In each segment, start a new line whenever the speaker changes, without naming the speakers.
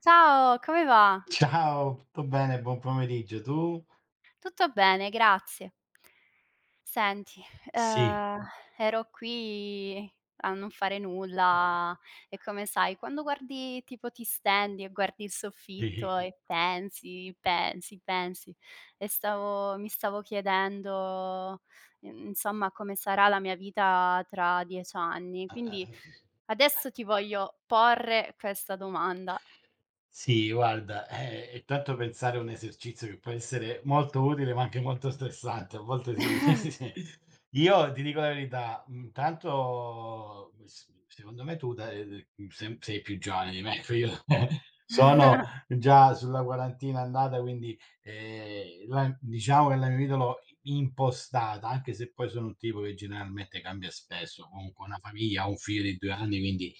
Ciao, come va?
Ciao, tutto bene, buon pomeriggio. Tu?
Tutto bene, grazie. Senti,
Sì,
ehm, ero qui a non fare
ehm,
nulla e, come sai, quando guardi tipo ti stendi e guardi il
sì.
soffitto e pensi, pensi, pensi e stavo mi stavo chiedendo insomma, come sarà la mia vita tra 10 anni.
Ah, ah,
Quindi
ah.
adesso ti voglio porre questa domanda.
Sì, guarda, e tanto pensare a un esercizio che può essere molto utile, ma anche molto stressante, a volte sì, sì. Io ti dico la verità, intanto s secondo me tu da sem sei più giovane di me, ecco, io sono già sulla quarantina andata, quindi, la diciamo che la mia vita l'ho impostata, anche se poi sono un tipo che generalmente cambia spesso, comunque ho una famiglia, ho un figlio di 2 anni, quindi.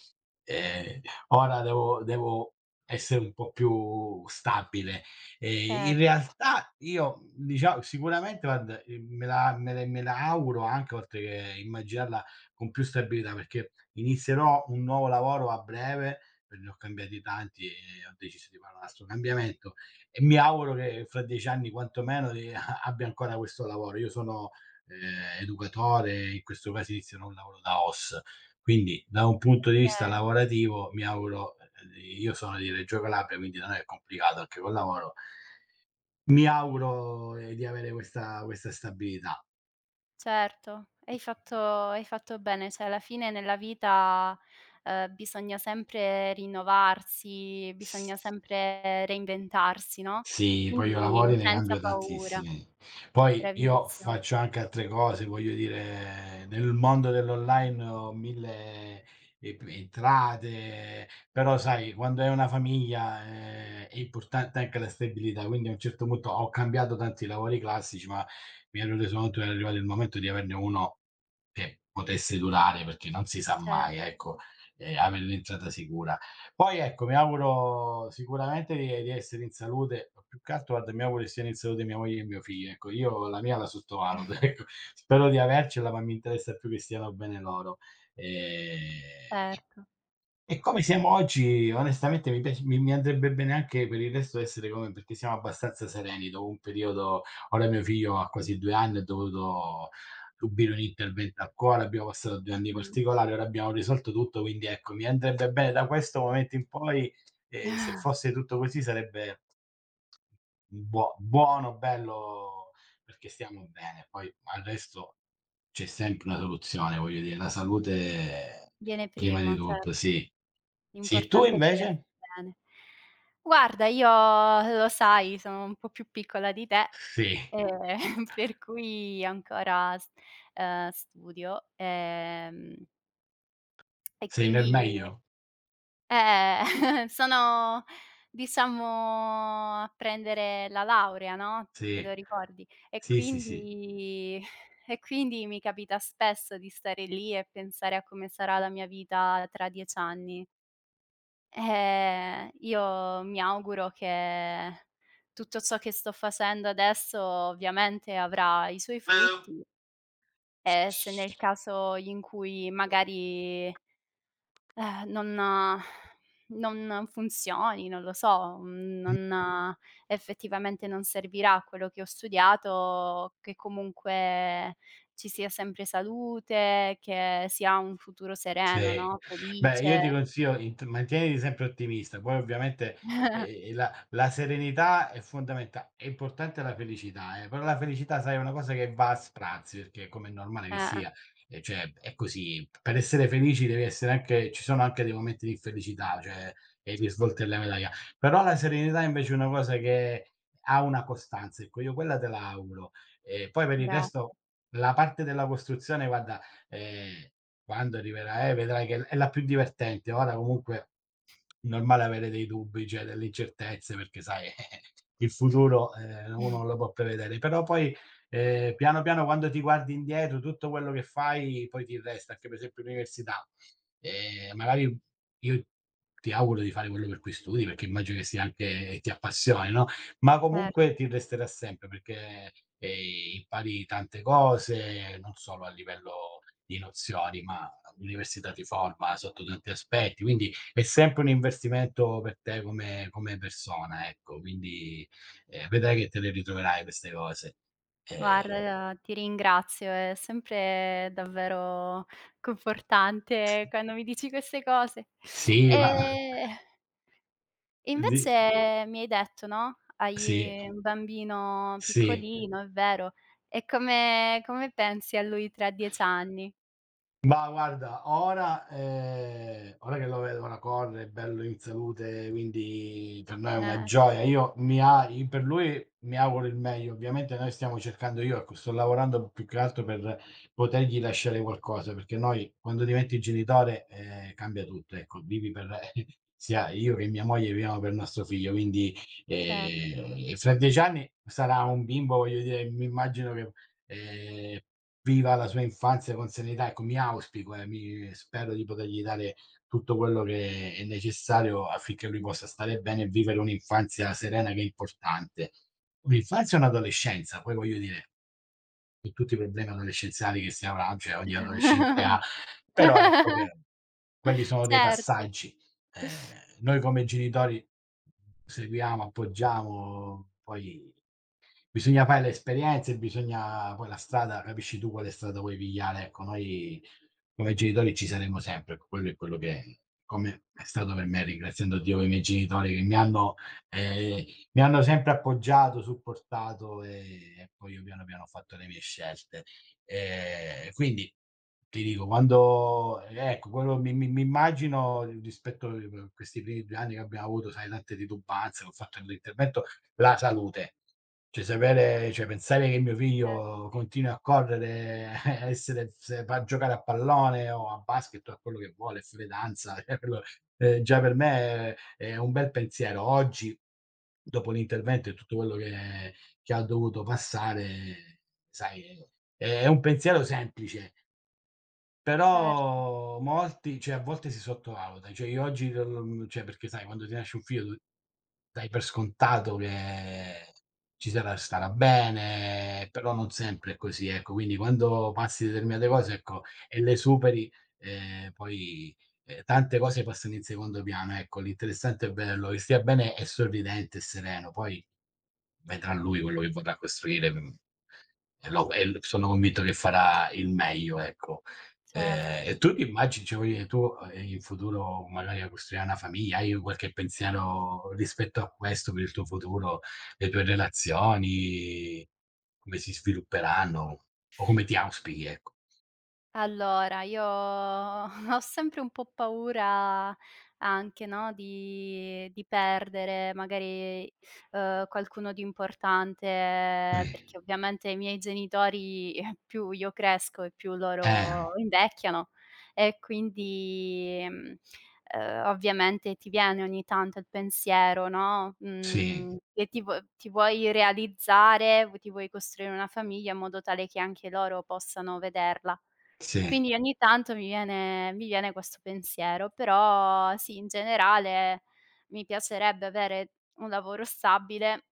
Ehm, Ora devo essere un po' più stabile. In
Certo,
realtà io, dicia sicuramente guarda, me la auguro anche oltre che immaginarla con più stabilità, perché inizierò un nuovo lavoro a breve, per ne ho cambiati tanti e ho deciso di fare un altro cambiamento e mi auguro che fra 10 anni quantomeno di a abbia ancora questo lavoro. Io sono, educatore, in questo caso inizierò un lavoro da OS. Quindi da un punto di vista
che
lavorativo mi auguro, io sono di Reggio Calabria, quindi non è complicato anche col lavoro, mi auguro, di avere questa stabilità.
certo, hai fatto bene, cioè alla fine nella vita bisogna sempre rinnovarsi, bisogna sempre reinventarsi, no,
Sì, poi io
quindi. Mh.
lavori ne
Senza
cambio
paura.
tantissimi. Poi io
Bravissimo,
faccio anche altre cose, voglio dire, nel mondo dell'online ho 1000 e p entrate, però sai quando hai una famiglia, è importante anche la stabilità, quindi a un certo punto ho cambiato tanti lavori classici, ma mi ero reso conto che era arrivato il momento di averne uno che potesse durare, perché non si sa
cer
mai, ecco, avere un'entrata sicura. Poi ecco, mi auguro sicuramente di essere in salute, ma più che altro guarda mi auguro che siano in salute mia moglie e mio figlio, ecco. Io la mia la sottovaluto, ecco. Spero di avercela, ma mi interessa più che stiano bene loro. Ehm
certo,
e come siamo oggi, onestamente mi piac mi mi andrebbe bene anche per il resto essere come perché siamo abbastanza sereni dopo un periodo. Ora mio figlio ha quasi 2 anni, ha dovuto subire un intervento al cuore, abbiamo passato 2 anni
mh.
particolari, ora abbiamo risolto tutto, quindi ecco, mi andrebbe bene da questo momento in poi, se fosse tutto così sarebbe buono, bello, perché stiamo bene, poi al resto c'è sempre una soluzione, voglio dire, la salute
Viene
prima di
prima, certo.
tutto, sì. Sì, tu
L'importante è che
invece?
stia bene. Guarda, io lo sai, sono un po' più piccola di te,
Sì,
ehm, per cui ancora s studio, e
sei nel
quindi,
meglio?
eh, sono, diciamo, a prendere la laurea, no, te lo
Sì,
ricordi? E
sì, sì, sì.
quindi e quindi mi capita spesso di stare lì e pensare a come sarà la mia vita tra 10 anni. Io mi auguro che tutto ciò che sto facendo adesso ovviamente avrà i suoi
Ma
frutti e se nel caso in cui magari, eh, non funzioni, non lo so, non effettivamente non servirà quello che ho studiato, che comunque ci sia sempre salute, che si ha un futuro sereno,
sì.
no,
Beh, io
felice.
ti consiglio, int mantieniti sempre ottimista, poi ovviamente, la serenità è importante, la felicità, però la felicità, sai, è una cosa che va a sprazzi, perché come è normale che
Eh,
sia, cioè è così. Per essere felici devi essere anche, ci sono anche dei momenti di infelicità, cioè e i risvolti della medaglia. Però la serenità invece è una cosa che ha una costanza, ecco, io quella te la auguro. E poi per il
bra
resto la parte della costruzione guarda, ehm quando arriverà, vedrai che è la più divertente. Ora comunque è normale avere dei dubbi, cioè delle incertezze, perché sai il futuro, uno non lo può prevedere. Però poi, piano, piano, quando ti guardi indietro, tutto quello che fai poi ti resta, anche per esempio l'università. Magari io ti auguro di fare quello per cui studi, perché immagino che sia anche ti appassioni, no, ma
Cer
comunque ti resterà sempre perché, impari tante cose, non solo a livello di nozioni, ma l'università ti forma sotto tanti aspetti, quindi è sempre un investimento per te come come persona, ecco. Quindi, vedrai che te le ritroverai queste cose. Ehm,
guarda, ti ringrazio, è sempre davvero confortante quando mi dici queste cose.
sì, ma ma
E E
di
invece mi hai detto, no,
sì,
hai un bambino
sì.
piccolino, è vero. E come pensi a lui tra 10 anni?
Ma guarda, ora ora che lo vedo, ora corre, è bello in salute, quindi per noi è una
Eh,
gioia. Io mi a i per lui mi auguro il meglio. Ovviamente noi stiamo cercando, io ecco, sto lavorando più che altro per potergli lasciare qualcosa, perché noi quando diventi genitore, cambia tutto, ecco. Vivi per sia io che mia moglie viviamo per nostro figlio, quindi,
cer
fra 10 anni sarà un bimbo, voglio dire, mi immagino che, ehm viva la sua infanzia con serenità. Ecco, mi auspico e mi spero di potergli dare tutto quello che è necessario affinché lui possa stare bene e vivere un'infanzia serena che è importante. Un'infanzia e un'adolescenza, poi voglio dire, con tutti i problemi adolescenziali che si avrà, cioè ogni adolescente ha, però ecco che quelli sono dei
certo,
passaggi. Noi come genitori seguiamo, appoggiamo, poi bisogna fare le esperienze, bisogna poi la strada capisci tu quale strada vuoi pigliare, ecco. Noi come genitori ci saremo sempre, ecco, quello è quello che come è stato per me, ringraziando Dio e i miei genitori che mi hanno, ehm, mi hanno sempre appoggiato, supportato e poi io piano piano ho fatto le mie scelte. Quindi ti dico, quando ecco, quello mi immagino rispetto a questi primi 2 anni che abbiamo avuto, sai, tante titubanze, ho fatto l'intervento, la salute. Cioè sapere, cioè pensare che mio
cer
figlio continui a correre, a essere, se va a giocare a pallone o a basket o a quello che vuole, a fare danza, cioè quello, già per me è un bel pensiero. Oggi, dopo l'intervento e tutto quello che ha dovuto passare, sai, è un pensiero semplice,
certo,
però molti, cioè a volte si sottovaluta. Cioè io oggi cioè perché sai quando ti nasce un figlio dai per scontato che ci sarà, starà bene, però non sempre è così, ecco. Quindi quando passi determinate cose, ecco, e le superi, poi, tante cose passano in secondo piano, ecco. L'interessante è bello, che stia bene e sorridente e sereno, poi vedrà lui quello che vorrà costruire, e lo e l sono convinto che farà il meglio, ecco.
certo.
E tu ti immagini, cioè voglio dire tu, in futuro magari a costruire una famiglia, hai qualche pensiero rispetto a questo per il tuo futuro, le tue relazioni, come si svilupperanno o come ti auspichi, ecco?
Allora, io ho sempre un po' paura anche, no, di perdere magari, qualcuno di importante,
Eh.
perché ovviamente i miei genitori più io cresco e più loro
Eh,
invecchiano e quindi, mhmm, ovviamente ti viene ogni tanto il pensiero, no,
sì,
mhmm, e ti vuoi realizzare, v ti vuoi costruire una famiglia in modo tale che anche loro possano vederla.
sì,
Quindi ogni tanto mi viene questo pensiero, però sì, in generale mi piacerebbe avere un lavoro stabile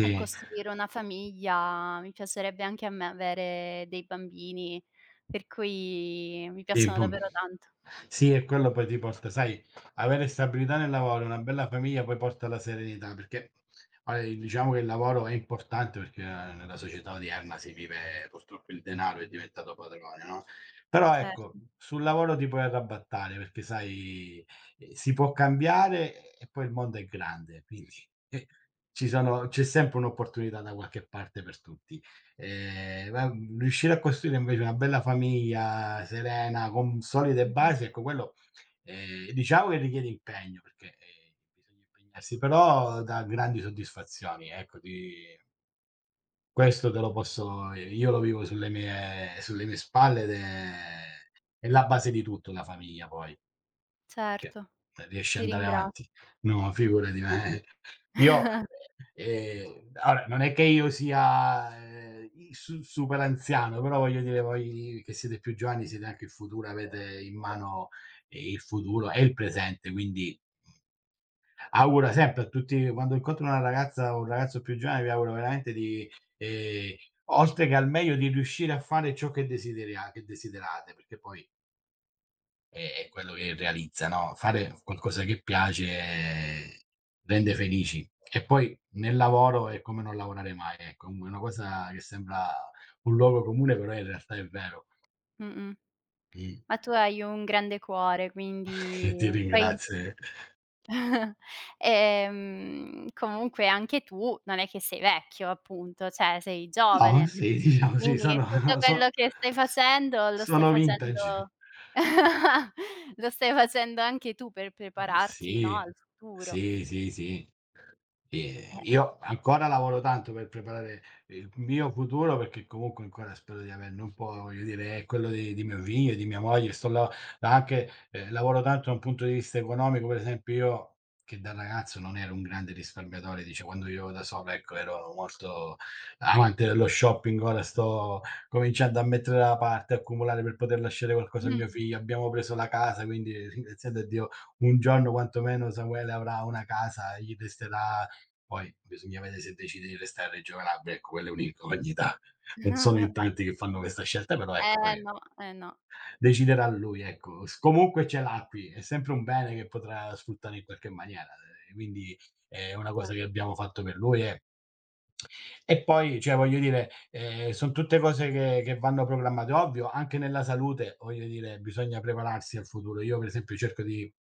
e costruire una famiglia. Mi piacerebbe anche a me avere dei bambini, per cui mi
sì,
piacciono
pun
davvero tanto.
sì, e quello poi ti porta, sai, avere stabilità nel lavoro e una bella famiglia poi porta alla serenità, perché ora, diciamo che il lavoro è importante perché, nella società odierna si vive, purtroppo il denaro è diventato padrone, no, però ecco,
Certo.
sul lavoro ti puoi arrabattare perché sai, si può cambiare e poi il mondo è grande, quindi, eh, ci sono c'è sempre un'opportunità da qualche parte per tutti. Va Riuscire a costruire invece una bella famiglia serena, con solide
Mh-mh.
basi, ecco quello, diciamo che richiede impegno, perché, bisogna impegnarsi, però dà grandi soddisfazioni, ecco di questo te lo posso, io lo vivo sulle mie spalle ed è la base di tutto, la famiglia poi. Perché
Certo,
non riesci ad
ti
andare
ringraz
avanti. No, figurati, ma io, allora non è che io sia, i su super anziano, però voglio dire voi che siete più giovani siete anche il futuro, avete in mano, il futuro e il presente, quindi auguro sempre a tutti, quando incontro una ragazza o un ragazzo più giovane, vi auguro veramente di, ehm, oltre che al meglio, di riuscire a fare ciò che desideria che desiderate, perché poi è è quello che realizza, no, fare qualcosa che piace, rende felici. E poi nel lavoro è come non lavorare mai, ecco, un una cosa che sembra un luogo comune, però in realtà è vero.
mh-mh.
Mh.
Ma tu hai un grande cuore,
E ti
quindi poi
ringrazio, eh.
Comunque anche tu non è che sei vecchio, appunto, cioè sei
No,
giovane,
sì, diciamo sì,
quindi
sono
tutto quello che stai facendo
sono vintage.
lo stai facendo anche tu per prepararti, no,
Sì.
al futuro.
Sì, sì, sì.
Eh,
Io ancora lavoro tanto per preparare il mio futuro, perché comunque ancora spero di averne un po', voglio dire, è quello di mio figlio, di mia moglie, sto la anche, lavoro tanto da un punto di vista economico, per esempio io che da ragazzo non ero un grande risparmiatore, dice quando vivevo da solo, ecco, ero molto amante dello shopping, ora sto cominciando a mettere da parte, accumulare per poter lasciare qualcosa a
mh.
mio figlio. Abbiamo preso la casa, quindi ringraziando a Dio, un giorno quantomeno Samuele avrà una casa, gli resterà, poi bisogna vedere se decide di restare a Reggio Calabria, ecco quella è un'incognita. Non sono in tanti che fanno questa scelta, però ecco poi
No, eh no,
deciderà lui, ecco. S comunque ce l'ha qui, è sempre un bene che potrà sfruttare in qualche maniera, quindi è una cosa
cer
che abbiamo fatto per lui e poi, cioè voglio dire, son tutte cose che vanno programmate. Ovvio, anche nella salute, voglio dire, bisogna prepararsi al futuro. Io per esempio cerco di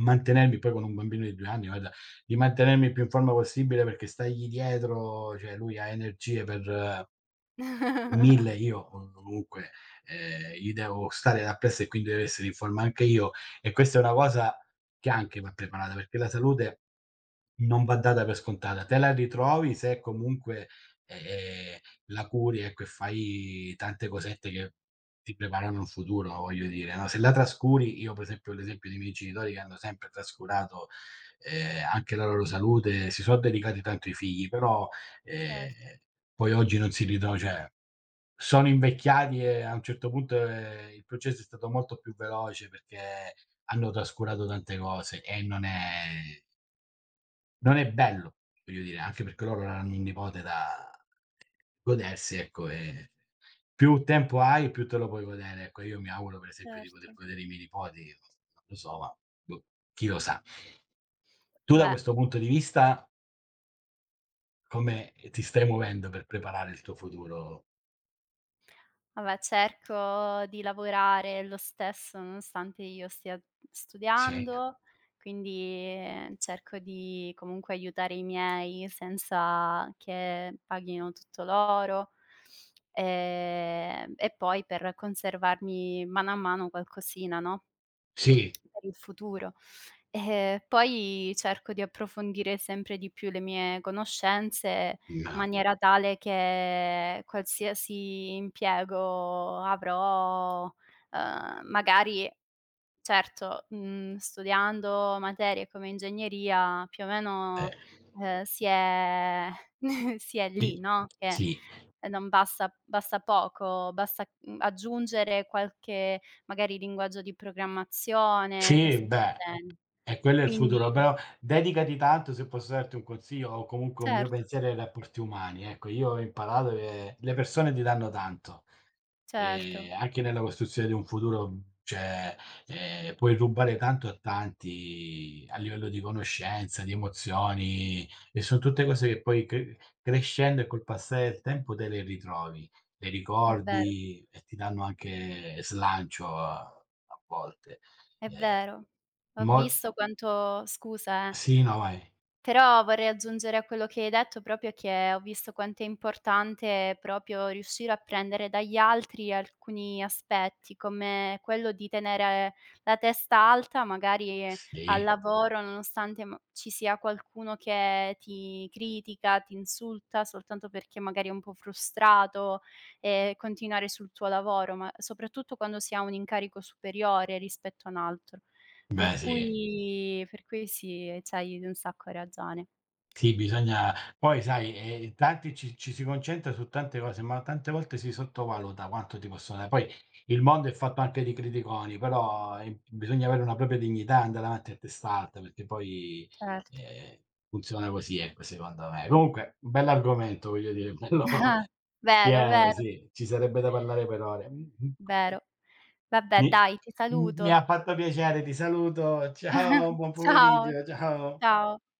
mantenermi, poi con un bambino di 2 anni, guarda, di mantenermi più in forma possibile perché stargli dietro, cioè lui ha energie per 1000, io o comunque, gli devo stare appresso e quindi devo essere in forma anche io e questa è una cosa che anche va preparata, perché la salute non va data per scontata. Te la ritrovi se comunque, ehm, la curi, ecco, e fai tante cosette che ti preparano un futuro, voglio dire, no, se la trascuri, io per esempio ho l'esempio dei miei genitori che hanno sempre trascurato, anche la loro salute, si sono dedicati tanto ai figli, però, ehm,
certo,
poi oggi non si ritro cioè sono invecchiati e a un certo punto, il processo è stato molto più veloce perché hanno trascurato tante cose e non è bello, voglio dire, anche perché loro hanno un nipote da godersi, ecco, e più tempo hai, più te lo puoi godere. Ecco, io mi auguro, per esempio, di poter
certo.
godere i miei nipoti, non lo so, ma boh, chi lo sa. Tu da
Vabbè.
questo punto di vista come ti stai muovendo per preparare il tuo futuro?
Vabbè, cerco di lavorare lo stesso nonostante io stia
Sì,
studiando, quindi cerco di comunque aiutare i miei senza che paghino tutto loro. E poi per conservarmi mano a mano qualcosina, no,
sì,
per il futuro. E poi cerco di approfondire sempre di più le mie conoscenze, in
ma
maniera tale che qualsiasi impiego avrò, magari. Certo, mhmm, studiando materie come ingegneria più o meno,
eh,
si è si è lì,
i
no, che
sì,
non basta basta poco, basta, mhmm, aggiungere qualche magari linguaggio di programmazione,
sì,
cose del
beh.
genere.
E quello è il futuro,
Quindi
però dedicati tanto, se posso darti un consiglio o comunque un mio
certo,
pensiero, ai rapporti umani. Ecco, io ho imparato che le persone ti danno tanto,
certo,
anche nella costruzione di un futuro, cioè, puoi rubare tanto a tanti a livello di conoscenza, di emozioni, e son tutte cose che poi crescendo e col passare del tempo te le ritrovi, le
è vero,
ricordi e ti danno anche slancio, a volte.
è
Ehm,
vero. Ho
mo
visto quanto, scusa, eh.
Sì, no, vai.
Però vorrei aggiungere a quello che hai detto proprio che ho visto quanto è importante proprio riuscire a prendere dagli altri alcuni aspetti, come quello di tenere la testa alta magari al
Sì,
lavoro, nonostante ci sia qualcuno che ti critica, ti insulta soltanto perché magari è un po' frustrato, continuare sul tuo lavoro, ma soprattutto quando si ha un incarico superiore rispetto a un altro. Per
beh sì.
cui per cui sì, c'hai un sacco ragione.
Sì, bisogna poi sai, tanti ci si concentra su tante cose, ma tante volte si sottovaluta quanto ti possono da poi il mondo è fatto anche di criticoni, però, bisogna avere una propria dignità, andare avanti a testa alta, perché poi,
Certo.
ehm, funziona così, ecco, secondo me. Comunque, bell'argomento, voglio dire, bello
Vero,
pieno,
vero,
sì, ci sarebbe da parlare per ore. Mh-mh.
vero. Vabbè
Mi
dai, ti
mi
saluto.
ha fatto piacere, ti saluto. Ciao, buon
Ciao,
pomeriggio. Ciao.
ciao.